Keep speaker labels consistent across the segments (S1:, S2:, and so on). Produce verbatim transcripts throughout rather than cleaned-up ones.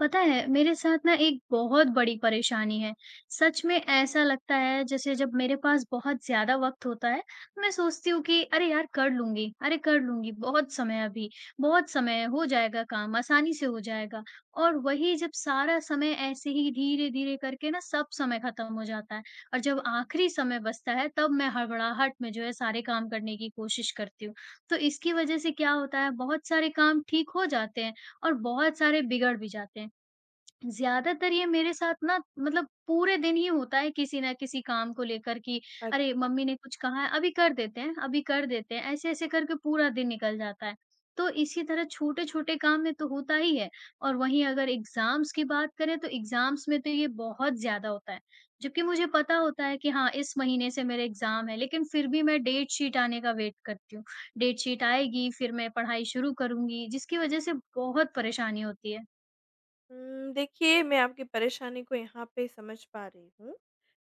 S1: पता है, मेरे साथ ना एक बहुत बड़ी परेशानी है। सच में ऐसा लगता है जैसे जब मेरे पास बहुत ज़्यादा वक़्त होता है, मैं सोचती हूँ कि अरे यार कर लूँगी, अरे कर लूँगी, बहुत समय है अभी, बहुत समय है, हो जाएगा काम, आसानी से हो जाएगा। और वही जब सारा समय ऐसे ही धीरे-धीरे करके ना सब समय ख़त्म हो जाता है और जब आखिरी समय बचता है तब मैं हड़बड़ाहट में जो है सारे काम करने की कोशिश करती हूँ। तो इसकी वज़ह से क्या होता है बहुत सारे काम ठीक हो जाते हैं और बहुत सारे बिगड़ भी जाते हैं। ज़्यादातर ये मेरे साथ ना मतलब पूरे दिन ही होता है किसी ना किसी काम को लेकर कि अरे
S2: अच्छा।
S1: मम्मी ने कुछ कहा है अभी कर देते हैं, अभी कर देते हैं, ऐसे-ऐसे करके पूरा दिन निकल जाता है। तो इसी तरह छोटे-छोटे काम में तो होता ही है और वहीं अगर एग्ज़ाम्स की बात करें तो एग्ज़ाम्स में तो ये बहुत ज़्यादा होता है। जबकि मुझे पता होता है कि हाँ, इस महीने से मेरे एग्ज़ाम है लेकिन फिर भी मैं डेट शीट आने का वेट करती हूँ। डेट शीट आएगी फिर मैं पढ़ाई शुरू करूँगी जिसकी वज़ह से बहुत परेशानी होती है।
S2: उम, देखिए मैं आपकी परेशानी को यहाँ पे समझ पा रही हूँ।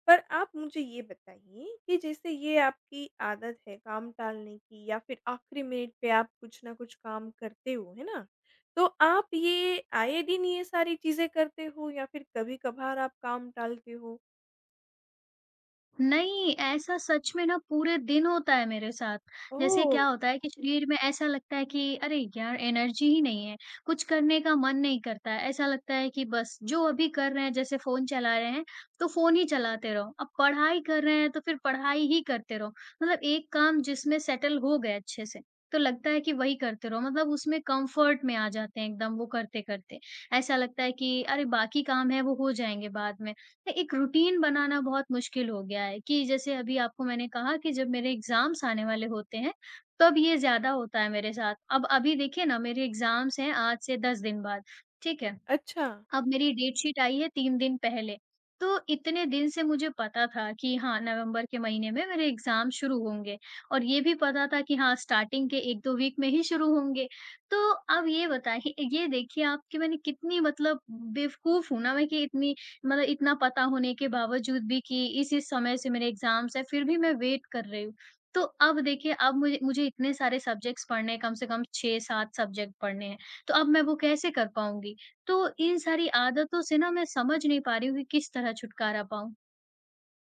S2: पर आप मुझे ये बताइए कि जैसे ये आपकी आदत है काम टालने की या फिर आखिरी मिनट पे आप कुछ न कुछ काम करते हो, है ना? तो आप ये आए दिन ये सारी चीज़ें करते हो या फिर कभी-कभार आप काम टालते हो?
S1: नहीं, ऐसा सच में ना पूरे दिन होता है मेरे साथ। जैसे
S2: ओह!
S1: क्या होता है कि शरीर में ऐसा लगता है कि अरे यार एनर्जी ही नहीं है, कुछ करने का मन नहीं करता है। ऐसा लगता है कि बस जो अभी कर रहे हैं जैसे फ़ोन चला रहे हैं, तो फ़ोन ही चलाते रहो। अब पढ़ाई कर रहे हैं तो फिर पढ़ाई ही करते रहो। मतलब एक काम जिसमें सेटल हो गए अच्छे से, तो लगता है कि वही करते रहो। मतलब उसमें कम्फ़र्ट में आ जाते हैं एकदम वो करते-करते। ऐसा लगता है कि अरे बाकी काम है वो हो जाएँगे बाद में। एक रूटीन बनाना बहुत मुश्किल हो गया है कि जैसे अभी आपको मैंने कहा कि जब मेरे एग्ज़ाम्स आने वाले होते हैं, तब ये ज़्यादा होता है मेरे साथ। अब अभी देखिए ना मेरे एग्ज़ाम्स हैं आज से दस दिन बाद, ठीक है?
S2: अच्छा।
S1: अब मेरी डेट शीट आई है तीन दिन पहले। तो इतने दिन से मुझे पता था कि हाँ, नवंबर के महीने में मेरे एग्ज़ाम शुरू होंगे और ये भी पता था कि हाँ, स्टार्टिंग के एक दो वीक में ही शुरू होंगे। तो अब ये बताइए ये देखिए आप कि मैंने कितनी मतलब बेवकूफ़ हूँ ना मैं कि इतनी मतलब इतना पता होने के बावजूद भी कि इस-इस समय से मेरे एग्ज़ाम्स हैं, फिर भी मैं वेट कर रही हूँ। तो अब देखिए अब मुझे मुझे इतने सारे सब्जेक्ट्स पढ़ने हैं, कम से कम छह सात सब्जेक्ट पढ़ने हैं। तो अब मैं वो कैसे कर पाऊँगी? तो इन सारी आदतों से ना मैं समझ नहीं पा रही हूँ कि किस तरह छुटकारा पाऊँ?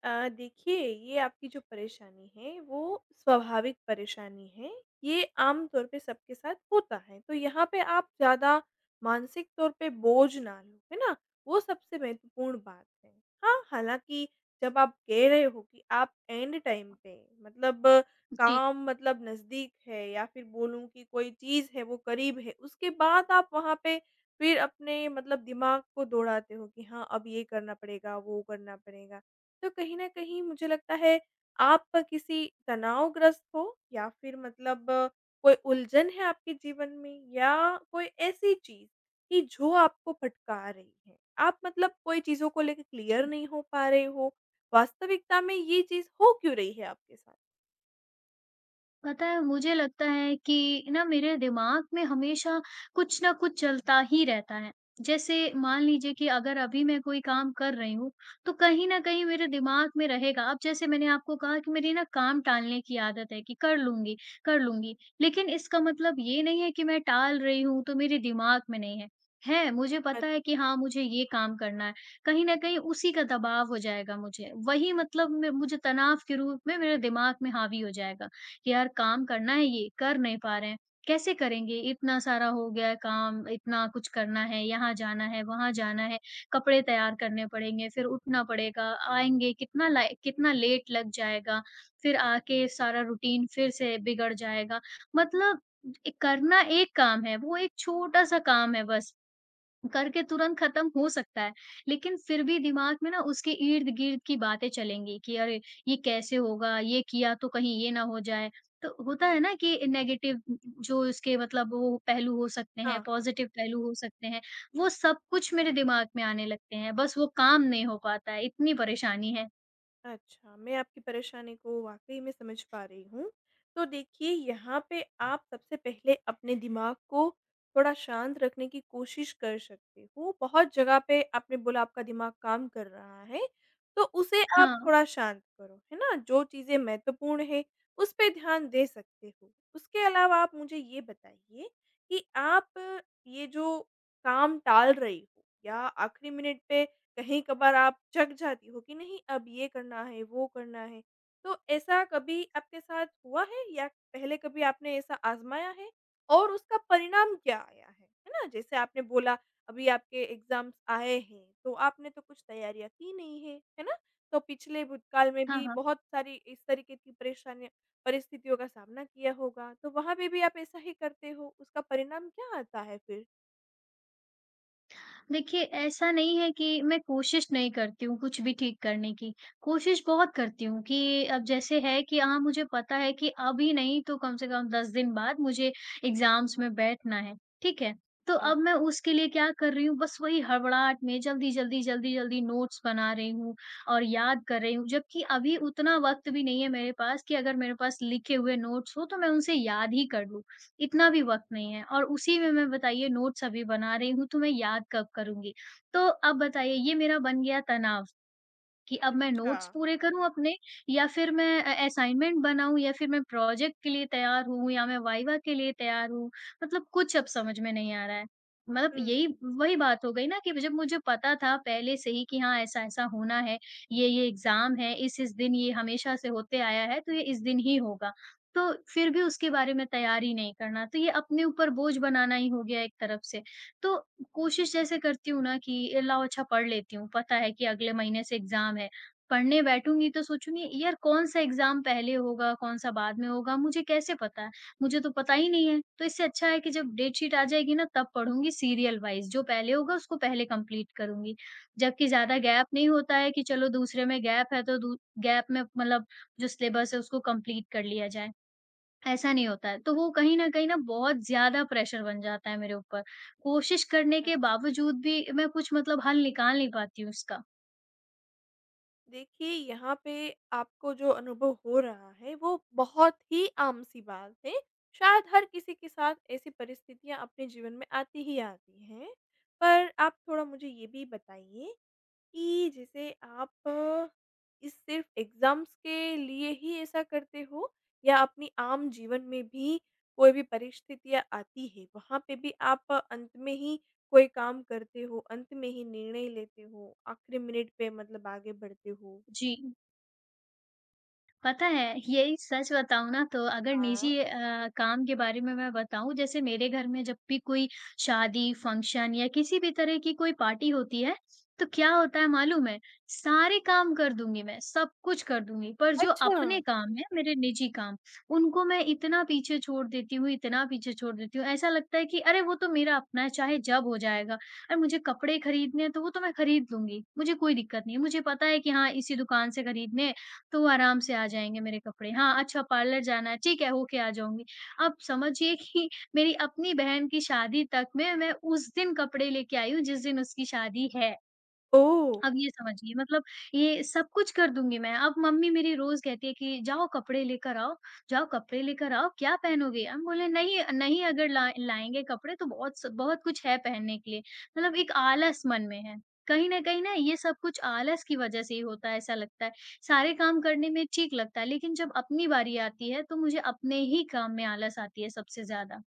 S2: अ, देखिए ये आपकी जो परेशानी है वो स्वाभाविक परेशानी है। ये आम तौर पे सबके साथ होता है। तो यहाँ पे आप ज़्यादा मानसिक तौर पे बोझ ना लो, है ना? वो सबसे महत्वपूर्ण बात है। हाँ, हालाँकि जब आप कह रहे हो कि आप एंड टाइम पे मतलब अ,
S1: जी।
S2: काम मतलब नज़दीक है या फिर बोलूँ कि कोई चीज़ है वो करीब है, उसके बाद आप वहाँ पे फिर अपने मतलब दिमाग को दौड़ाते हो कि हाँ, अब ये करना पड़ेगा, वो करना पड़ेगा। तो कहीं न कहीं मुझे लगता है आप किसी तनावग्रस्त हो या फिर मतलब कोई उलझन है आपके जीवन में या कोई ऐसी चीज़ कि जो आपको भटका रही है। आप मतलब कोई चीज़ों को लेके क्लियर नहीं हो पा रहे हो। वास्तविकता में ये चीज़ हो क्यों रही है आपके साथ?
S1: पता है मुझे लगता है कि ना मेरे दिमाग में हमेशा कुछ ना कुछ चलता ही रहता है। जैसे मान लीजिए कि अगर अभी मैं कोई काम कर रही हूँ, तो कहीं न कहीं मेरे दिमाग में रहेगा। अब जैसे मैंने आपको कहा कि मेरी ना काम टालने की आदत है कि कर लूँगी, कर लूँगी। लेकिन इसका मतलब ये नहीं है कि मैं टाल रही हूँ तो मेरे दिमाग में नहीं है। है, मुझे पता है कि हाँ, मुझे ये काम करना है। कहीं न कहीं उसी का दबाव हो जाएगा मुझे। वही मतलब में मुझे तनाव के रूप में मेरे दिमाग में हावी हो जाएगा। कि यार काम करना है ये, कर नहीं पा रहे हैं। कैसे करेंगे? इतना सारा हो गया है काम, इतना कुछ करना है, यहाँ जाना है, वहाँ जाना है, कपड़े तैयार करने पड़ेंगे, फिर उठना पड़ेगा, आएँगे कितना लाए कितना लेट लग जाएगा, फिर आके सारा रूटीन फिर से बिगड़ जाएगा। मतलब ए करना एक काम है, वो एक छोटा-सा काम है बस। करके तुरंत खत्म हो सकता है, लेकिन फिर भी दिमाग में ना उसके इर्द-गिर्द की बातें चलेंगी कि अरे! ये कैसे होगा? ये किया तो कहीं ये ना हो जाए। तो होता है ना कि नेगेटिव जो इसके मतलब वो पहलू हो सकते हैं,
S2: अच्छा।
S1: पॉज़िटिव पहलू हो सकते हैं, वो सब कुछ मेरे दिमाग में आने लगते हैं, बस वो काम नहीं हो पाता है, इतनी परेशानी है।
S2: अच्छा, मैं आपकी परेशानी को वाक़ई में समझ पा रही हूँ। तो देखिए यहाँ पे आप सबसे पहले अपने दिमाग को थोड़ा शांत रखने की कोशिश कर सकते हो। बहुत जगह पे आपने बोला आपका दिमाग काम कर रहा है, तो उसे आप
S1: हाँ।
S2: थोड़ा शांत करो, है ना? जो चीज़ें महत्वपूर्ण हैं, उस पे ध्यान दे सकते हो। उसके अलावा आप मुझे ये बताइए कि आप ये जो काम टाल रही हो या आखिरी मिनट पे कहीं कभार आप जग जाती हो कि नहीं अब ये करना है, वो करना है। तो ऐसा कभी आपके साथ हुआ है या पहले कभी आपने ऐसा आज़माया है? और उसका परिणाम क्या आया है? है ना? जैसे आपने बोला अभी आपके एग्ज़ाम्स आए हैं, तो आपने तो कुछ तैयारियाँ की नहीं है, है ना? तो पिछले भूतकाल में
S1: हाँ,
S2: भी
S1: हाँ।
S2: बहुत सारी इस तरीके की परेशानियाँ परिस्थितियों का सामना किया होगा, तो वहाँ पे भी आप ऐसा ही करते हो, उसका परिणाम क्या आता है फिर?
S1: देखिए, ऐसा नहीं है कि मैं कोशिश नहीं करती हूँ कुछ भी ठीक करने की, कोशिश बहुत करती हूँ कि अब जैसे है कि हाँ, मुझे पता है कि अभी नहीं तो कम से कम दस दिन बाद मुझे एग्ज़ाम्स में बैठना है, ठीक है? तो अब मैं उसके लिए क्या कर रही हूँ बस वही हड़बड़ाहट में जल्दी-जल्दी, जल्दी-जल्दी नोट्स बना रही हूँ और याद कर रही हूँ, जबकि अभी उतना वक़्त भी नहीं है मेरे पास कि अगर मेरे पास लिखे हुए नोट्स हो तो मैं उनसे याद ही कर लूँ। इतना भी वक़्त नहीं है और उसी में मैं बताइए नोट्स अभी बना रही हूँ, तो मैं याद कब करूँगी? तो अब बताइए ये मेरा बन गया तनाव। कि अब मैं
S2: अच्छा।
S1: नोट्स पूरे करूँ अपने या फिर मैं अ, असाइनमेंट बनाऊँ या फिर मैं प्रोजेक्ट के लिए तैयार हूँ या मैं वाइवा के लिए तैयार हूँ। मतलब कुछ अब समझ में नहीं आ रहा है। मतलब
S2: हुँ,
S1: यही वही बात हो गई ना कि जब मुझे पता था पहले से ही कि हाँ, ऐसा-ऐसा होना है, ये-ये एग्ज़ाम है, इस-इस दिन ये हमेशा से होते आया है तो ये इस दिन ही होगा। तो फिर भी उसके बारे में तैयारी नहीं करना, तो ये अपने ऊपर बोझ बनाना ही हो गया एक तरफ से। तो कोशिश जैसे करती हूँ ना कि ए, लाओ अच्छा पढ़ लेती हूँ, पता है कि अगले महीने से एग्ज़ाम है। पढ़ने बैठूँगी तो सोचूँगी यार कौन-सा एग्ज़ाम पहले होगा, कौन-सा बाद में होगा, मुझे कैसे पता है? मुझे तो पता ही नहीं है। तो इससे अच्छा है कि जब डेट शीट आ जाएगी ना तब पढ़ूँगी सीरियल वाइज़, जो पहले होगा उसको पहले कंप्लीट करूँगी। जबकि ज़्यादा गैप नहीं होता है कि चलो दूसरे में गैप है तो दू गैप में मतलब जो सिलेबस है उसको कंप्लीट कर लिया जाए। ऐसा नहीं होता है। तो वो कहीं न कहीं ना बहुत ज़्यादा प्रेशर बन जाता है मेरे ऊपर। कोशिश करने के
S2: अच्छा।
S1: बावजूद भी मैं कुछ मतलब हल निकाल नहीं पाती हूँ उसका।
S2: देखिए, यहाँ पे आपको जो अनुभव हो रहा है, वो बहुत ही आम-सी बात है। शायद हर किसी के साथ ऐसी परिस्थितियाँ अपने जीवन में आती ही आती हैं। पर आप थोड़ा मुझे ये भी बताइए कि जैसे आप इस सिर्फ़ एग्ज़ाम्स के लिए ही ऐसा करते हो या अपनी आम जीवन में भी कोई भी परिस्थितियाँ आती है, वहाँ पे भी आप अंत में ही कोई काम करते हो, अंत में ही निर्णय लेते हो, आखिरी मिनट पे मतलब आगे बढ़ते हो?
S1: जी। पता है, यही सच बताऊँ ना तो अगर
S2: हाँ,
S1: निजी अ, काम के बारे में मैं बताऊँ जैसे मेरे घर में जब भी कोई शादी, फंक्शन या किसी भी तरह की कोई पार्टी होती है, तो क्या होता है मालूम है? सारे काम कर दूँगी मैं, सब कुछ कर दूँगी पर जो
S2: अच्छा।
S1: अपने काम हैं, मेरे निजी काम, उनको मैं इतना पीछे छोड़ देती हूँ, इतना पीछे छोड़ देती हूँ, ऐसा लगता है कि अरे वो तो मेरा अपना है चाहे जब हो जाएगा। अरे मुझे कपड़े खरीदने हैं तो वो तो मैं खरीद लूँगी, मुझे कोई दिक्कत नहीं है, मुझे पता है कि हाँ, इसी दुकान से खरीदने हैं तो आराम से आ जाएँगे मेरे कपड़े। हाँ, अच्छा पार्लर जाना है, ठीक है, होके आ जाऊँगी। आप समझिए कि मेरी अपनी बहन की शादी तक में मैं उस दिन कपड़े लेके आई हूँ जिस दिन उसकी शादी है।
S2: ओह!
S1: अब ये समझिए मतलब ये सब कुछ कर दूँगी मैं। अब मम्मी मेरी रोज़ कहती है कि जाओ कपड़े लेकर आओ, जाओ कपड़े लेकर आओ, क्या पहनोगे? हम बोले नहीं नहीं अगर ला लाएँगे कपड़े तो बहुत स बहुत कुछ है पहनने के लिए। मतलब एक आलस मन में है। कहीं न कहीं ना ये सब कुछ आलस की वज़ह से ही होता है ऐसा लगता है। सारे काम करने में ठीक लगता है लेकिन जब अपनी बारी आती है तो मुझे अपने ही काम में आलस आती है सबसे ज़्यादा।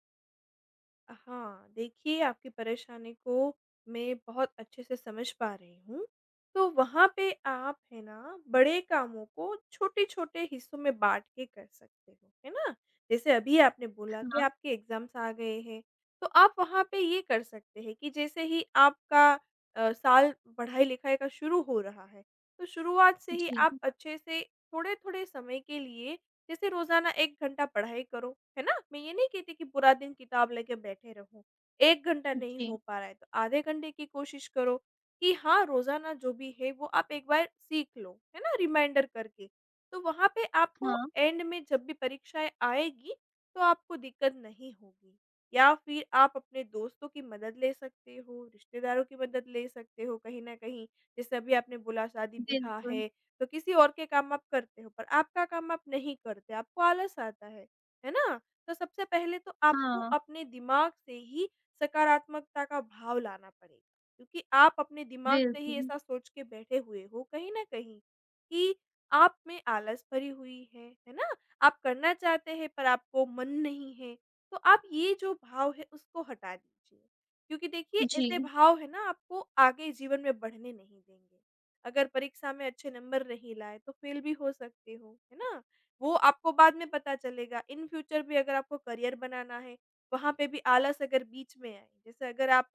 S2: हाँ, देखिए आपकी परेशानी को मैं बहुत अच्छे से समझ पा रही हूँ। तो वहाँ पे आप है ना, बड़े कामों को छोटे-छोटे हिस्सों में बाँट के कर सकते हो, है ना? जैसे अभी आपने बोला कि
S1: हाँ,
S2: आपके एग्ज़ाम्स आ गए हैं, तो आप वहाँ पे ये कर सकते हैं कि जैसे ही आपका अ, साल पढ़ाई-लिखाई का शुरू हो रहा है, तो शुरुआत से ही
S1: जी,
S2: आप अच्छे से थोड़े-थोड़े समय के लिए जैसे रोज़ाना एक घंटा पढ़ाई करो, है ना? मैं ये नहीं कहती कि पूरा दिन किताब लेके बैठे रहो, एक घंटा नहीं
S1: जी।
S2: हो पा रहा है तो आधे घंटे की कोशिश करो कि हाँ, रोज़ाना जो भी है वो आप एक बार सीख लो, है ना? रिमाइंडर करके। तो वहाँ पे आपको
S1: हाँ,
S2: एंड में जब भी परीक्षाएँ आएगी तो आपको दिक्कत नहीं होगी। या फिर आप अपने दोस्तों की मदद ले सकते हो, रिश्तेदारों की मदद ले सकते हो कहीं न कहीं। जैसे अभी आपने बोला शादी-ब्याह
S1: बिल्कुल।
S2: है तो किसी और के काम आप करते हो पर आपका काम आप नहीं करते, आपको आलस आता है, है ना? तो सबसे पहले तो आपको
S1: हाँ,
S2: अपने दिमाग से ही सकारात्मकता का भाव लाना पड़ेगा क्योंकि आप अपने दिमाग से ही
S1: बिल्कुल।
S2: ऐसा सोच के बैठे हुए हो कहीं न कहीं कि आप में आलस भरी हुई है, है ना? आप करना चाहते हैं पर आपको मन नहीं है, तो आप ये जो भाव है उसको हटा दीजिए क्योंकि देखिए ऐसे
S1: जी।
S2: भाव है ना आपको आगे जीवन में बढ़ने नहीं देंगे। अगर परीक्षा में अच्छे नंबर नहीं लाए तो फेल भी हो सकते हो, है ना? वो आपको बाद में पता चलेगा। इन फ्यूचर भी अगर आपको करियर बनाना है, वहाँ पे भी आलस अगर बीच में आए, जैसे अगर आप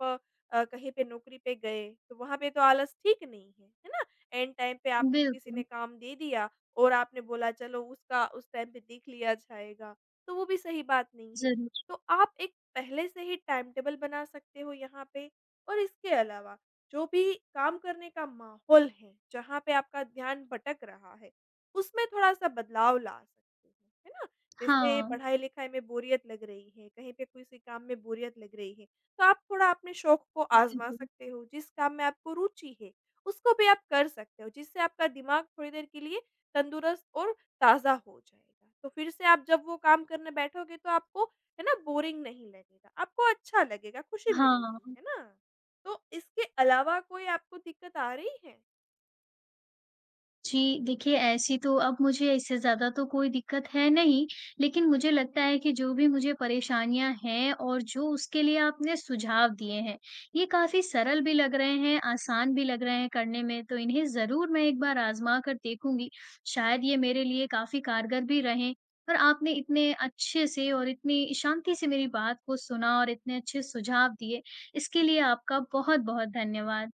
S2: अ, कहीं पे नौकरी पे गए, तो वहाँ पे तो आलस ठीक नहीं है, है ना? एंड टाइम पे आपको किसी ने
S1: बिल्कुल,
S2: काम दे दिया और आपने बोला चलो उसका उस टाइम पे देख लिया जाएगा, तो वो भी सही बात नहीं है।
S1: ज़रूर।
S2: तो आप एक पहले से ही टाइम टेबल बना सकते हो यहाँ पे और इसके अलावा जो भी काम करने का माहौल है, जहाँ पे आपका ध्यान भटक रहा है, उसमें थोड़ा-सा बदलाव ला सकते हैं, है ना? जैसे
S1: हाँ,
S2: पढ़ाई-लिखाई में बोरियत लग रही है, कहीं पे किसी काम में बोरियत लग रही है, तो आप थोड़ा अपने शौक को आज़मा
S1: बिल्कुल।
S2: सकते हो, जिस काम में आपको रुचि है, उसको भी आप कर सकते हो, जिससे आपका दिमाग थोड़ी देर के लिए तंदुरुस्त और ताज़ा हो जाएगा। तो फिर से आप जब वो काम करने बैठोगे तो आपको, है ना, बोरिंग नहीं लगेगा, आपको अच्छा लगेगा, खुशी
S1: हाँ।
S2: मिलेगी, है ना? तो इसके अलावा कोई आपको दिक्कत आ रही है?
S1: जी, देखिए ऐसी तो अब मुझे इससे ज़्यादा तो कोई दिक्कत है नहीं, लेकिन मुझे लगता है कि जो भी मुझे परेशानियाँ हैं और जो उसके लिए आपने सुझाव दिए हैं, ये काफ़ी सरल भी लग रहे हैं, आसान भी लग रहे हैं करने में, तो इन्हें ज़रूर मैं एक बार आज़मा कर देखूँगी। शायद ये मेरे लिए काफ़ी कारगर भी रहें और आपने इतने अच्छे से और इतनी शांति से मेरी बात को सुना और इतने अच्छे सुझाव दिए, इसके लिए आपका बहुत-बहुत धन्यवाद।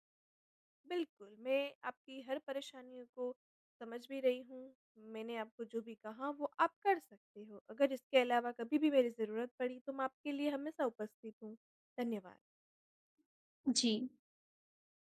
S2: बिल्कुल, मैं आपकी हर परेशानियों को समझ भी रही हूँ। मैंने आपको जो भी कहा वो आप कर सकते हो। अगर इसके अलावा कभी भी मेरी ज़रूरत पड़ी तो मैं आपके लिए हमेशा उपस्थित हूँ। धन्यवाद।
S1: जी।